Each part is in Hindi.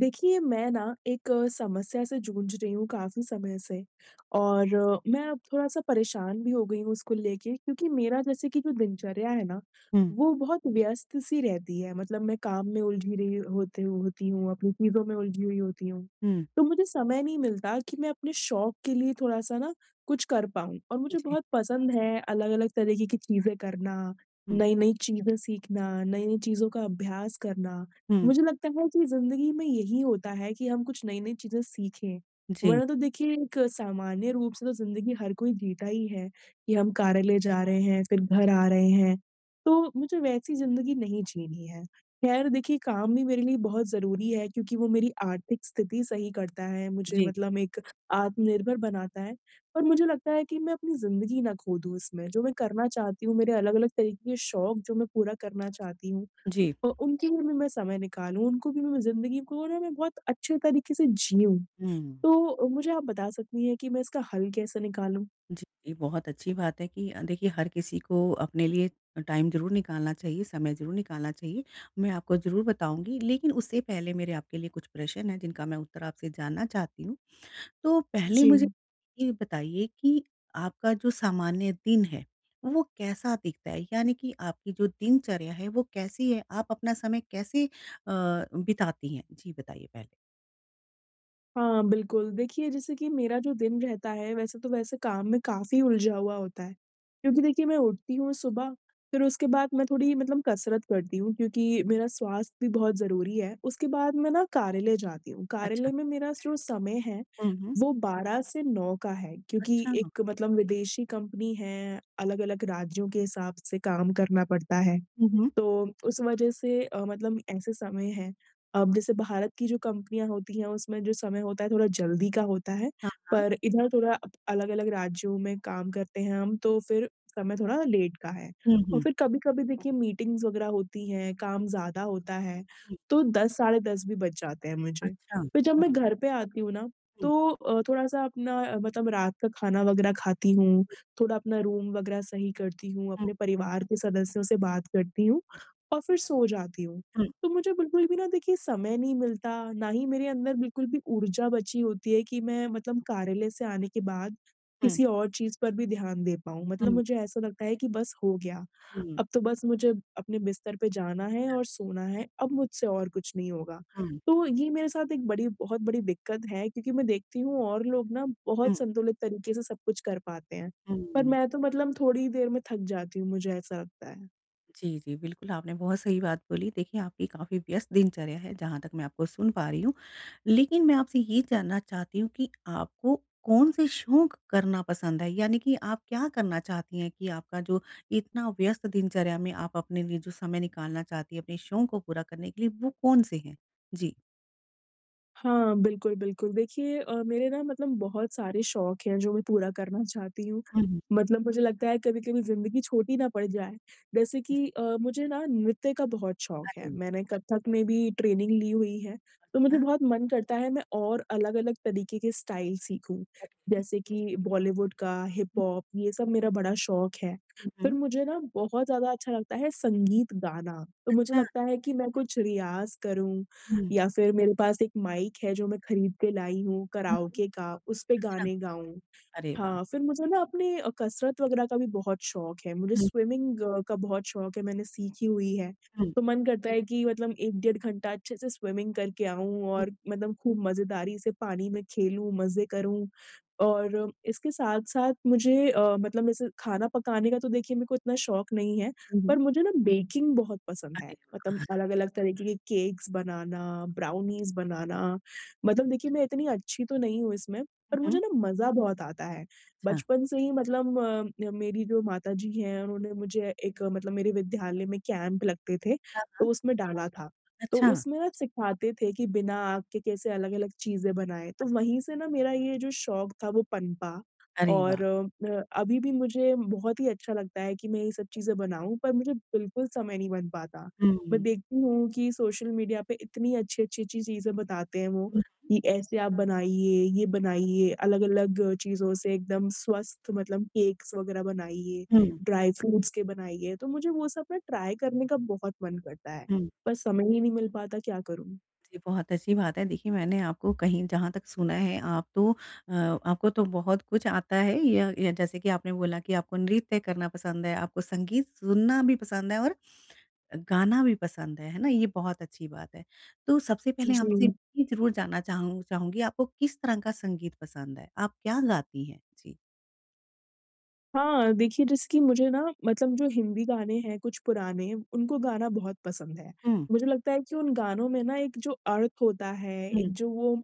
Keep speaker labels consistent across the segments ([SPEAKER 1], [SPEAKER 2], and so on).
[SPEAKER 1] देखिए, मैं ना एक समस्या से जूझ रही हूँ काफ़ी समय से और मैं अब थोड़ा-सा परेशान भी हो गई हूँ उसको लेके क्योंकि मेरा जैसे कि जो दिनचर्या है ना,
[SPEAKER 2] हुँ,
[SPEAKER 1] वो बहुत व्यस्त-सी रहती है। मतलब मैं काम में उलझी रही होते होती हूँ, अपनी चीज़ों में उलझी हुई होती हूँ।
[SPEAKER 2] हुँ,
[SPEAKER 1] तो मुझे समय नहीं मिलता कि मैं अपने शौक के लिए थोड़ा-सा ना कुछ कर पाऊँ और मुझे
[SPEAKER 2] जी,
[SPEAKER 1] बहुत पसंद है अलग-अलग तरीके की चीज़ें करना,
[SPEAKER 2] हुँ,
[SPEAKER 1] नई-नई चीज़ें सीखना, नई-नई चीज़ों का अभ्यास करना।
[SPEAKER 2] हुँ,
[SPEAKER 1] मुझे लगता है कि ज़िंदगी में यही होता है कि हम कुछ नई-नई चीज़ें सीखें,
[SPEAKER 2] जी,
[SPEAKER 1] वरना तो देखिए एक सामान्य रूप से तो ज़िंदगी हर कोई जीता ही है, कि हम कार्यालय जा रहे हैं, फिर घर आ रहे हैं। तो मुझे वैसी ज़िंदगी नहीं जीनी है। खैर देखिए काम भी मेरे लिए बहुत ज़रूरी है क्योंकि वो मेरी आर्थिक स्थिति सही करता है, मुझे
[SPEAKER 2] जी,
[SPEAKER 1] मतलब एक आत्मनिर्भर बनाता है। पर मुझे लगता है कि मैं अपनी ज़िंदगी ना खो दूँ इसमें, जो मैं करना चाहती हूँ, मेरे अलग-अलग तरीके के शौक जो मैं पूरा करना चाहती हूँ
[SPEAKER 2] जी,
[SPEAKER 1] उनके लिए भी मैं समय निकालूँ, उनको भी मैं ज़िंदगी को ना मैं बहुत अच्छे तरीके से जिऊँ।
[SPEAKER 2] हुँ,
[SPEAKER 1] तो मुझे आप बता सकती हैं कि मैं इसका हल कैसे निकालूँ?
[SPEAKER 2] जी, ये बहुत अच्छी बात है कि देखिए हर किसी को अपने लिए टाइम ज़रूर निकालना चाहिए, समय ज़रूर निकालना चाहिए। मैं आपको ज़रूर बताऊँगी, लेकिन उससे पहले मेरे आपके लिए कुछ प्रश्न हैं जिनका मैं उत्तर आपसे जानना चाहती हूँ। तो पहले मुझे
[SPEAKER 1] जी।
[SPEAKER 2] ये बताइए कि आपका जो सामान्य दिन है, वो कैसा दिखता है? यानी कि आपकी जो दिनचर्या है वो कैसी है? आप अपना समय कैसे बिताती हैं? जी, बताइए पहले।
[SPEAKER 1] हाँ, बिल्कुल। देखिए, जैसे कि मेरा जो दिन रहता है, वैसे काम में काफ़ी उलझा हुआ होता है। क्योंकि देखिए, मैं उठती हूँ सुबह, फिर उसके बाद मैं थोड़ी मतलब कसरत करती हूँ क्योंकि मेरा स्वास्थ्य भी बहुत ज़रूरी है। उसके बाद मैं ना कार्यालय जाती हूँ।
[SPEAKER 2] अच्छा।
[SPEAKER 1] कार्यालय में मेरा जो समय है
[SPEAKER 2] हुँ, हुँ।
[SPEAKER 1] वो 12 से 9 का है क्योंकि
[SPEAKER 2] अच्छा।
[SPEAKER 1] एक मतलब विदेशी कंपनी है, अलग-अलग राज्यों के हिसाब से काम करना पड़ता है।
[SPEAKER 2] हुँ, हुँ।
[SPEAKER 1] तो उस वजह से मतलब ऐसे समय हैं अब जैसे भारत की जो कंपनियाँ होती हैं उसमें जो समय होता है थोड़ा जल्दी का होता है,
[SPEAKER 2] हाँ, हाँ।
[SPEAKER 1] पर इधर थोड़ा अप अलग-अलग राज्यों में काम करते हैं हम तो फिर समय थोड़ा लेट का है।
[SPEAKER 2] हुँ,
[SPEAKER 1] और
[SPEAKER 2] हुँ।
[SPEAKER 1] फिर कभी-कभी देखिए मीटिंग्स वगैरह होती हैं,
[SPEAKER 2] हुँ,
[SPEAKER 1] काम ज़्यादा होता है,
[SPEAKER 2] हुँ।
[SPEAKER 1] तो 10 साढ़े 10 भी बज जाते हैं मुझे।
[SPEAKER 2] अच्छा।
[SPEAKER 1] फिर जब मैं
[SPEAKER 2] ओके।
[SPEAKER 1] घर पे आती हूँ ना
[SPEAKER 2] हुँ,
[SPEAKER 1] तो थोड़ा-सा अपना मतलब रात का खाना वगैरह खाती हूँ, थोड़ा अपना रूम वगैरह सही करती हूँ,
[SPEAKER 2] हुँ,
[SPEAKER 1] अपने परिवार के सदस्यों से बात करती हूँ और फिर सो जाती हूँ।
[SPEAKER 2] हुँ, हुँ,
[SPEAKER 1] तो मुझे बिल्कुल भी ना देखिए समय नहीं मिलता, ना ही मेरे अंदर बिल्कुल भी ऊर्जा बची होती है कि मैं मतलब कार्यालय से आने के बाद
[SPEAKER 2] हुँ,
[SPEAKER 1] किसी और चीज़ पर भी ध्यान दे पाऊँ। मतलब मुझे ऐसा लगता है कि बस हो गया,
[SPEAKER 2] हुँ,
[SPEAKER 1] अब तो बस मुझे अपने बिस्तर पे जाना है और सोना है, अब मुझसे और कुछ नहीं होगा।
[SPEAKER 2] हुँ,
[SPEAKER 1] तो ये मेरे साथ एक बड़ी बहुत बड़ी दिक्कत है क्योंकि मैं देखती हूँ और लोग ना
[SPEAKER 2] हुँ,
[SPEAKER 1] बहुत संतुलित तरीके से सब कुछ कर पाते हैं। पर
[SPEAKER 2] हुँ।
[SPEAKER 1] मैं तो मतलब थोड़ी ही देर में थक जाती हूँ, मुझे ऐसा लगता है।
[SPEAKER 2] जी, जी, बिल्कुल आपने बहुत सही बात बोली। देखिए, आपकी काफ़ी व्यस्त दिनचर्या है जहाँ तक मैं आपको सुन पा रही हूँ। लेकिन मैं आपसे ये जानना चाहती हूँ कि आपको कौन-से शौक करना पसंद है? यानी कि आप क्या करना चाहती हैं कि आपका जो इतना व्यस्त दिनचर्या में आप अपने लिए जो समय निकालना चाहती हैं अपने शौक को पूरा करने के लिए, वो कौन से हैं? जी।
[SPEAKER 1] हाँ, बिल्कुल, बिल्कुल। देखिए मेरे ना मतलब बहुत सारे शौक हैं जो मैं पूरा करना चाहती हूँ।
[SPEAKER 2] हुँ, हुँ।
[SPEAKER 1] मतलब मुझे लगता है कभी-कभी ज़िंदगी छोटी ना पड़ जाए। जैसे
[SPEAKER 2] जी,
[SPEAKER 1] कि मुझे ना नृत्य का बहुत शौक है।
[SPEAKER 2] अरे वाह!
[SPEAKER 1] मैंने कथक में भी ट्रेनिंग ली हुई है, तो
[SPEAKER 2] अच्छा,
[SPEAKER 1] मुझे बहुत मन करता है मैं और अलग-अलग तरीके के स्टाइल सीखूँ।
[SPEAKER 2] ओके। जी।
[SPEAKER 1] जैसे कि बॉलीवुड का,
[SPEAKER 2] हुँ,
[SPEAKER 1] हिप-हॉप ये सब मेरा बड़ा शौक है।
[SPEAKER 2] हुँ,
[SPEAKER 1] फिर
[SPEAKER 2] हुँ।
[SPEAKER 1] मुझे ना बहुत ज़्यादा अच्छा लगता है संगीत गाना। तो मुझे
[SPEAKER 2] अच्छा।
[SPEAKER 1] लगता है कि मैं कुछ रियाज़ करूँ
[SPEAKER 2] हुँ,
[SPEAKER 1] या फिर मेरे पास एक माइक है जो मैं खरीद के लाई हूँ
[SPEAKER 2] हुँ, हुँ।
[SPEAKER 1] कराओके का, उस पे
[SPEAKER 2] अच्छा,
[SPEAKER 1] गाने गाऊँ।
[SPEAKER 2] अरे वाह!
[SPEAKER 1] हाँ, फिर मुझे ना अपने कसरत वगैरह का भी बहुत शौक है, मुझे
[SPEAKER 2] हुँ,
[SPEAKER 1] स्विमिंग का बहुत शौक है, मैंने सीखी हुई है।
[SPEAKER 2] हुँ,
[SPEAKER 1] तो मन करता है कि मतलब 1 डेढ़ घंटा अच्छे से स्विमिंग करके आऊँ
[SPEAKER 2] हुँ,
[SPEAKER 1] और मतलब खूब मज़ेदारी से पानी में खेलूँ, मज़े करूँ। और इसके साथ-साथ मुझे मतलब जैसे खाना पकाने का तो देखिए मेरे को इतना शौक नहीं है,
[SPEAKER 2] हुँ,
[SPEAKER 1] पर
[SPEAKER 2] हुँ।
[SPEAKER 1] मुझे ना बेकिंग बहुत पसंद है।
[SPEAKER 2] अरे
[SPEAKER 1] मतलब
[SPEAKER 2] वाह!
[SPEAKER 1] अलग-अलग तरीके के केक्स बनाना, ब्राउनीज़ बनाना, मतलब देखिए मैं इतनी अच्छी तो नहीं हूँ इसमें,
[SPEAKER 2] हुँ,
[SPEAKER 1] पर मुझे
[SPEAKER 2] हुँ।
[SPEAKER 1] ना मज़ा बहुत आता है।
[SPEAKER 2] अच्छा,
[SPEAKER 1] बचपन से ही मतलब मेरी जो माताजी हैं उन्होंने मुझे एक मतलब मेरे विद्यालय में कैंप लगते थे, तो उसमें डाला था। तो
[SPEAKER 2] अच्छा,
[SPEAKER 1] उसमें ना सिखाते थे कि बिना आग के कैसे अलग-अलग चीज़ें बनाएँ, तो वहीं से ना मेरा ये जो शौक था वो पनपा
[SPEAKER 2] अरे वाह!
[SPEAKER 1] और अभी भी मुझे बहुत ही अच्छा लगता है कि मैं ये सब चीज़ें बनाऊँ पर मुझे बिल्कुल समय नहीं बन पाता।
[SPEAKER 2] हुँ,
[SPEAKER 1] मैं
[SPEAKER 2] हुँ,
[SPEAKER 1] देखती हूँ कि सोशल मीडिया पे इतनी अच्छी-अच्छी-अच्छी चीज़ें बताते हैं वो कि ऐसे आप बनाइए, ये बनाइए, अलग-अलग चीज़ों से एकदम स्वस्थ मतलब केक्स वग़ैरह बनाइए,
[SPEAKER 2] हुँ,
[SPEAKER 1] ड्राई फ्रूट्स के बनाइए, तो मुझे वो सब ना ट्राई करने का बहुत मन करता है,
[SPEAKER 2] हुँ।
[SPEAKER 1] पर समय ही नहीं मिल पाता, क्या करूँ?
[SPEAKER 2] जी, बहुत अच्छी बात है। देखिए, मैंने आपको कहीं जहाँ तक सुना है, आप तो आपको तो बहुत कुछ आता है। या जैसे कि आपने बोला कि आपको नृत्य करना पसंद है, आपको संगीत सुनना भी पसंद है और गाना भी पसंद है ना? ये बहुत अच्छी बात है। तो सबसे पहले
[SPEAKER 1] जी।
[SPEAKER 2] हमसे ये ज़रूर जानना चाहूँगी आपको किस तरह का संगीत पसंद है? आप क्या गाती हैं? जी।
[SPEAKER 1] हाँ, देखिए जैसे कि मुझे ना मतलब जो हिंदी गाने हैं कुछ पुराने, उनको गाना बहुत पसंद है।
[SPEAKER 2] हुँ,
[SPEAKER 1] मुझे लगता है कि उन गानों में ना एक जो अर्थ होता है,
[SPEAKER 2] हुँ,
[SPEAKER 1] एक जो वो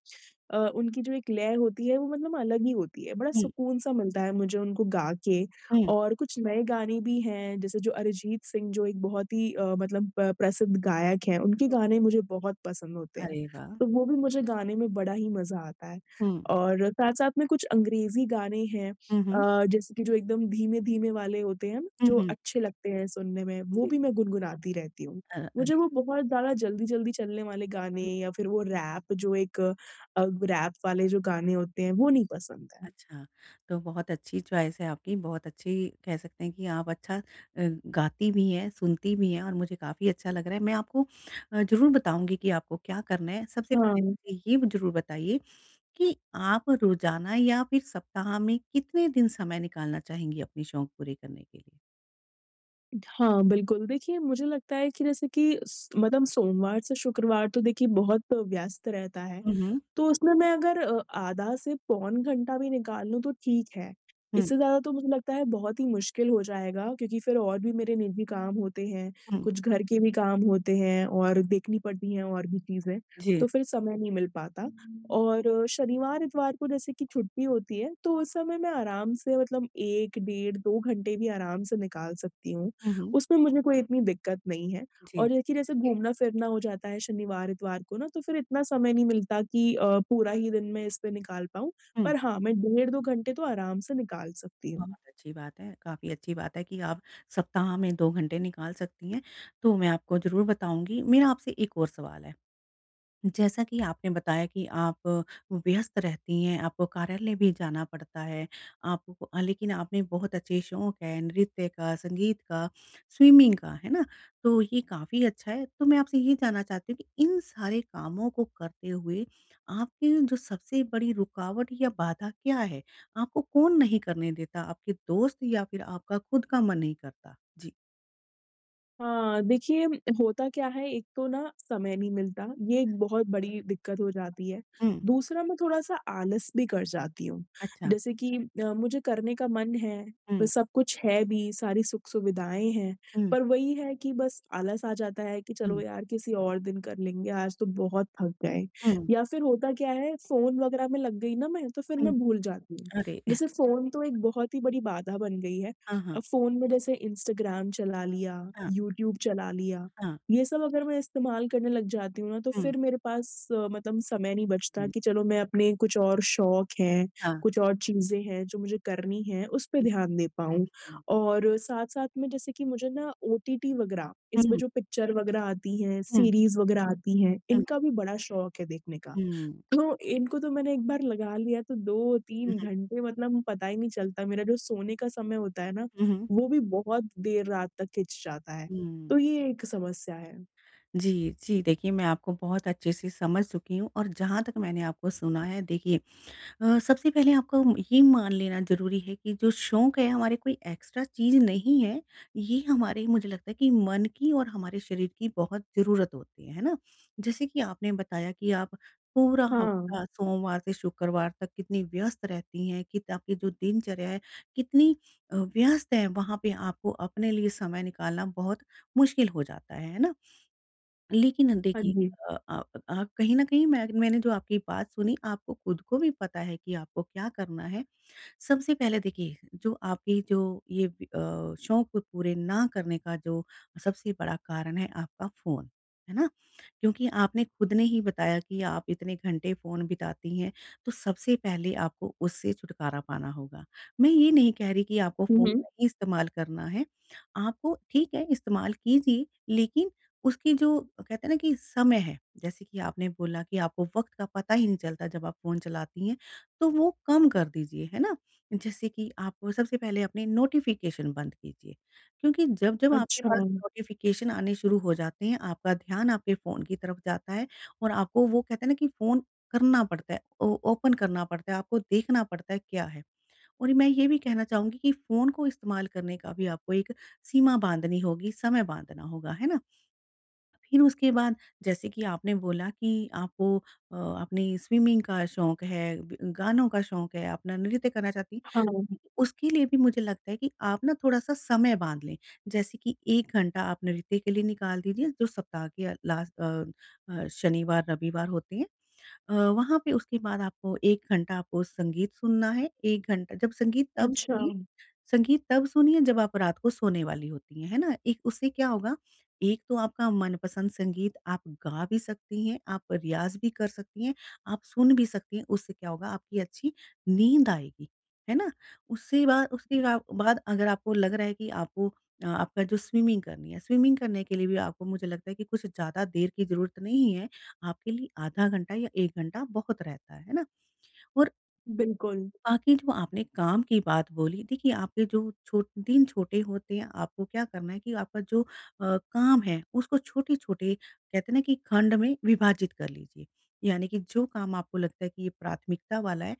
[SPEAKER 1] उनकी जो एक लय होती है वो मतलब अलग ही होती है। बड़ा
[SPEAKER 2] हुँ,
[SPEAKER 1] सुकून-सा मिलता है मुझे उनको गा के
[SPEAKER 2] हुँ।
[SPEAKER 1] और कुछ नए गाने भी हैं जैसे जो अरिजीत सिंह जो एक बहुत ही मतलब प प्रसिद्ध गायक हैं, उनके गाने मुझे बहुत पसंद होते हैं।
[SPEAKER 2] अरे वाह!
[SPEAKER 1] तो वो भी मुझे गाने में बड़ा ही मज़ा आता है
[SPEAKER 2] हुँ,
[SPEAKER 1] और साथ-साथ में कुछ अंग्रेज़ी गाने हैं
[SPEAKER 2] हुँ, हुँ,
[SPEAKER 1] जैसे कि जो एकदम धीमे-धीमे वाले होते हैं ना,
[SPEAKER 2] हुँ,
[SPEAKER 1] जो
[SPEAKER 2] हुँ।
[SPEAKER 1] अच्छे लगते हैं सुनने में, वो
[SPEAKER 2] जी।
[SPEAKER 1] भी मैं गुनगुनाती रहती हूँ। मुझे
[SPEAKER 2] अरे!
[SPEAKER 1] वो बहुत ज़्यादा जल्दी-जल्दी चलने वाले गाने
[SPEAKER 2] हुँ,
[SPEAKER 1] या फिर वो रैप रैप वाले जो गाने होते हैं, वो नहीं पसंद है।
[SPEAKER 2] अच्छा। तो बहुत अच्छी चॉइस है आपकी, बहुत अच्छी कह सकते हैं कि आप अच्छा गाती भी हैं, सुनती भी हैं और मुझे काफ़ी अच्छा लग रहा है। मैं आपको ज़रूर बताऊँगी कि आपको क्या करना है। सबसे पहले
[SPEAKER 1] हाँ।
[SPEAKER 2] मुझे ये ज़रूर बताइए कि आप रोज़ाना या फिर सप्ताह में कितने दिन समय निकालना चाहेंगी अपने शौक पूरे करने के लिए?
[SPEAKER 1] हाँ, बिल्कुल। देखिए, मुझे लगता है कि जैसे कि स मतलब सोमवार से शुक्रवार तो देखिए बहुत व्यस्त रहता है,
[SPEAKER 2] हुँ, हुँ।
[SPEAKER 1] तो उसमें मैं अगर आधा से पौन घंटा भी निकाल लूँ तो ठीक है।
[SPEAKER 2] हुँ,
[SPEAKER 1] इससे ज़्यादा तो मुझे लगता है बहुत ही मुश्किल हो जाएगा क्योंकि फिर और भी मेरे निजी काम होते हैं,
[SPEAKER 2] हुँ।
[SPEAKER 1] कुछ घर के भी काम होते हैं और देखनी पड़ती हैं और भी चीज़ें,
[SPEAKER 2] जी।
[SPEAKER 1] तो फिर समय नहीं मिल पाता। और शनिवार, इतवार को जैसे कि छुट्टी होती है, तो उस समय मैं आराम से मतलब 1 डेढ़ 2 घंटे भी आराम से निकाल सकती हूँ।
[SPEAKER 2] हुँ, हुँ।
[SPEAKER 1] उसमें मुझे कोई इतनी दिक्कत नहीं है
[SPEAKER 2] जी।
[SPEAKER 1] और देखिए जैसे जी। घूमना-फिरना हो जाता है शनिवार, इतवार को ना तो फिर इतना समय नहीं मिलता कि पूरा ही दिन मैं इस पे निकाल पाऊँ।
[SPEAKER 2] हुँ।
[SPEAKER 1] पर हाँ, मैं डेढ़ 2 घंटे तो आराम से निकाल सकती हूँ।
[SPEAKER 2] बहुत अच्छी बात है, काफ़ी अच्छी बात है कि आप सप्ताह में 2 घंटे निकाल सकती हैं, तो मैं आपको ज़रूर बताऊँगी। मेरा आपसे एक और सवाल है। जैसा कि आपने बताया कि आप व्यस्त रहती हैं, आपको कार्यालय भी जाना पड़ता है, आपको लेकिन आपने बहुत अच्छे शौक है नृत्य का, संगीत का, स्विमिंग का, है ना? तो ये काफ़ी अच्छा है। तो मैं आपसे ये जानना चाहती हूँ कि इन सारे कामों को करते हुए आपकी जो सबसे बड़ी रुकावट या बाधा क्या है? आपको कौन नहीं करने देता? आपके दोस्त या फिर आपका खुद का मन नहीं करता? जी।
[SPEAKER 1] हाँ, देखिए होता क्या है एक तो ना समय नहीं मिलता, ये एक बहुत बड़ी दिक्कत हो जाती है।
[SPEAKER 2] हुँ,
[SPEAKER 1] दूसरा मैं थोड़ा-सा आलस भी कर जाती हूँ।
[SPEAKER 2] अच्छा।
[SPEAKER 1] जैसे कि मुझे करने का मन है, तो
[SPEAKER 2] हुँ,
[SPEAKER 1] सब कुछ है भी, सारी सुख-सुविधाएँ हैं,
[SPEAKER 2] हुँ,
[SPEAKER 1] पर वही है कि बस आलस आ जाता है कि चलो
[SPEAKER 2] हुँ,
[SPEAKER 1] यार किसी और दिन कर लेंगे, आज तो बहुत थक गए।
[SPEAKER 2] हुँ,
[SPEAKER 1] या फिर होता क्या है फ़ोन वगैरह में लग गई ना मैं, तो फिर
[SPEAKER 2] हुँ।
[SPEAKER 1] मैं भूल जाती हूँ।
[SPEAKER 2] अरे!
[SPEAKER 1] जैसे फ़ोन तो एक बहुत ही बड़ी बाधा बन गई है।
[SPEAKER 2] हाँ, हाँ।
[SPEAKER 1] अब फ़ोन में जैसे इंस्टाग्राम चला लिया, यूट्यूब चला लिया,
[SPEAKER 2] Hã,
[SPEAKER 1] ये सब अगर मैं इस्तेमाल करने लग जाती हूँ ना तो
[SPEAKER 2] Hum.
[SPEAKER 1] फिर मेरे पास मतलब समय नहीं
[SPEAKER 2] hum,
[SPEAKER 1] बचता
[SPEAKER 2] hum,
[SPEAKER 1] कि चलो मैं अपने कुछ और शौक हैं,
[SPEAKER 2] hã,
[SPEAKER 1] कुछ और चीज़ें हैं जो मुझे करनी हैं, उस पे
[SPEAKER 2] बिल्कुल।
[SPEAKER 1] ध्यान दे पाऊँ। और साथ-साथ में जैसे कि मुझे ना ओटीटी वगैरह
[SPEAKER 2] हुँ,
[SPEAKER 1] इसमें
[SPEAKER 2] हुँ,
[SPEAKER 1] जो पिक्चर वगैरह आती हैं,
[SPEAKER 2] हुँ,
[SPEAKER 1] सीरीज़ वगैरह आती हैं,
[SPEAKER 2] हुँ।
[SPEAKER 1] इनका भी बड़ा शौक है देखने का। तो इनको तो मैंने एक बार लगा लिया तो 2-3 घंटे मतलब पता ही नहीं चलता मेरा जो सोने का समय होता है ना,
[SPEAKER 2] हुँ, हुँ,
[SPEAKER 1] वो भी बहुत देर रात तक खिंच जाता है।
[SPEAKER 2] हुँ।
[SPEAKER 1] तो ये एक समस्या है।
[SPEAKER 2] जी, जी, देखिए मैं आपको बहुत अच्छे से समझ चुकी हूँ और जहाँ तक मैंने आपको सुना है देखिए सबसे पहले आपको ये मान लेना ज़रूरी है कि जो शौक है हमारे कोई एक्स्ट्रा चीज़ नहीं है। ये हमारे मुझे लगता है कि मन की और हमारे शरीर की बहुत ज़रूरत होती है ना? जैसे कि आपने बताया कि आप पूरा
[SPEAKER 1] हाँ,
[SPEAKER 2] हफ़्ता सोमवार से शुक्रवार तक कितनी व्यस्त रहती हैं, कित आपकी जो दिनचर्या है कितनी व्यस्त है, वहाँ पे आपको अपने लिए समय निकालना बहुत मुश्किल हो जाता है ना? लेकिन
[SPEAKER 1] हाँ
[SPEAKER 2] देखिए
[SPEAKER 1] जी।
[SPEAKER 2] अ अ कहीं न कहीं मैंने जो आपकी बात सुनी, आपको खुद को भी पता है कि आपको क्या करना है। सबसे पहले देखिए, जो ये शौक को पूरे ना करने का जो सबसे बड़ा कारण है आपका फ़ोन, है ना? क्योंकि आपने खुद ने ही बताया कि आप इतने घंटे फ़ोन बिताती हैं, तो सबसे पहले आपको उससे छुटकारा पाना होगा। मैं ये नहीं कह रही कि आपको
[SPEAKER 1] हुँ,
[SPEAKER 2] फ़ोन
[SPEAKER 1] हुँ।
[SPEAKER 2] नहीं इस्तेमाल करना है, आपको ठीक है इस्तेमाल कीजिए, लेकिन उसकी जो कहते हैं ना कि समय है, जैसे कि आपने बोला कि आपको वक़्त का पता ही नहीं चलता जब आप फ़ोन चलाती हैं, तो वो कम कर दीजिए, है ना? जैसे कि आप सबसे पहले अपने नोटिफ़िकेशन बंद कीजिए, क्योंकि जब-जब आपके
[SPEAKER 1] अच्छा,
[SPEAKER 2] पास नोटिफ़िकेशन आने शुरू हो जाते हैं, आपका ध्यान आपके फ़ोन की तरफ जाता है और आपको वो कहते हैं ना कि फ़ोन करना पड़ता है, ओ ओपन करना पड़ता है, आपको देखना पड़ता है क्या है। और मैं ये भी कहना चाहूँगी कि फ़ोन को इस्तेमाल करने का भी आपको एक सीमा बाँधनी होगी, समय बाँधना होगा, है ना? फिर उसके बाद जैसे कि आपने बोला कि आपको अपनी स्विमिंग का शौक है, ब गानों का शौक है, अपना नृत्य करना चाहती
[SPEAKER 1] हाँ,
[SPEAKER 2] उसके लिए भी मुझे लगता है कि आप ना थोड़ा-सा समय बाँध लें। जैसे कि 1 घंटा आप नृत्य के लिए निकाल दीजिए जो सप्ताह के लास्ट शनिवार, रविवार होते हैं। वहाँ पे उसके बाद आपको 1 घंटा आपको संगीत सुनना है, 1 घंटा जब
[SPEAKER 1] अच्छा,
[SPEAKER 2] संगीत तब सुनिए जब आप रात को सोने वाली होती हैं, है ना? एक उससे क्या होगा, एक तो आपका मनपसंद संगीत आप गा भी सकती हैं, आप रियाज़ भी कर सकती हैं, आप सुन भी सकती हैं। उससे क्या होगा आपकी अच्छी नींद आएगी, है ना? उससे बाद उसके बा बाद अगर आपको लग रहा है कि आपको आपका जो स्विमिंग करनी है, स्विमिंग करने के लिए भी आपको मुझे लगता है कि कुछ ज़्यादा देर की ज़रूरत नहीं है। आपके लिए आधा घंटा या 1 घंटा बहुत रहता है ना? और
[SPEAKER 1] बिल्कुल।
[SPEAKER 2] बाकी जो आपने काम की बात बोली, देखिए आपके जो छो दिन छोटे होते हैं, आपको क्या करना है कि आपका जो काम है, उसको छोटे-छोटे कहते हैं ना कि खंड में विभाजित कर लीजिए। यानी कि जो काम आपको लगता है कि ये प्राथमिकता वाला है,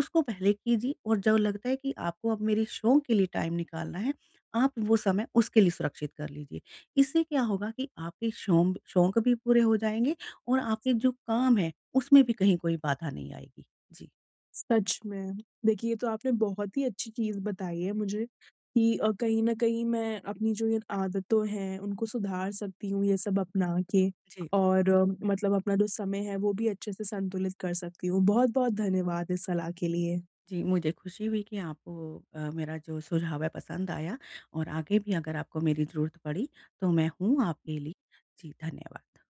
[SPEAKER 2] उसको पहले कीजिए और जो लगता है कि आपको अब मेरे शौक के लिए टाइम निकालना है, आप वो समय उसके लिए सुरक्षित कर लीजिए। इससे क्या होगा कि आपके शौम शौक भी पूरे हो जाएँगे और आपके जो काम है, उसमें भी कहीं कोई बाधा नहीं आएगी। जी।
[SPEAKER 1] सच में। देखिए, ये तो आपने बहुत ही अच्छी चीज़ बताई है मुझे कि कहीं न कहीं मैं अपनी जो ये आदतों हैं, उनको सुधार सकती हूँ ये सब अपना के
[SPEAKER 2] जी।
[SPEAKER 1] और मतलब अपना जो समय है, वो भी अच्छे से संतुलित कर सकती हूँ। बहुत-बहुत धन्यवाद इस सलाह के लिए।
[SPEAKER 2] जी, मुझे खुशी हुई कि आपको मेरा जो सुझाव है पसंद आया और आगे भी अगर आपको मेरी ज़रूरत पड़ी तो मैं हूँ आपके लिए। जी, धन्यवाद।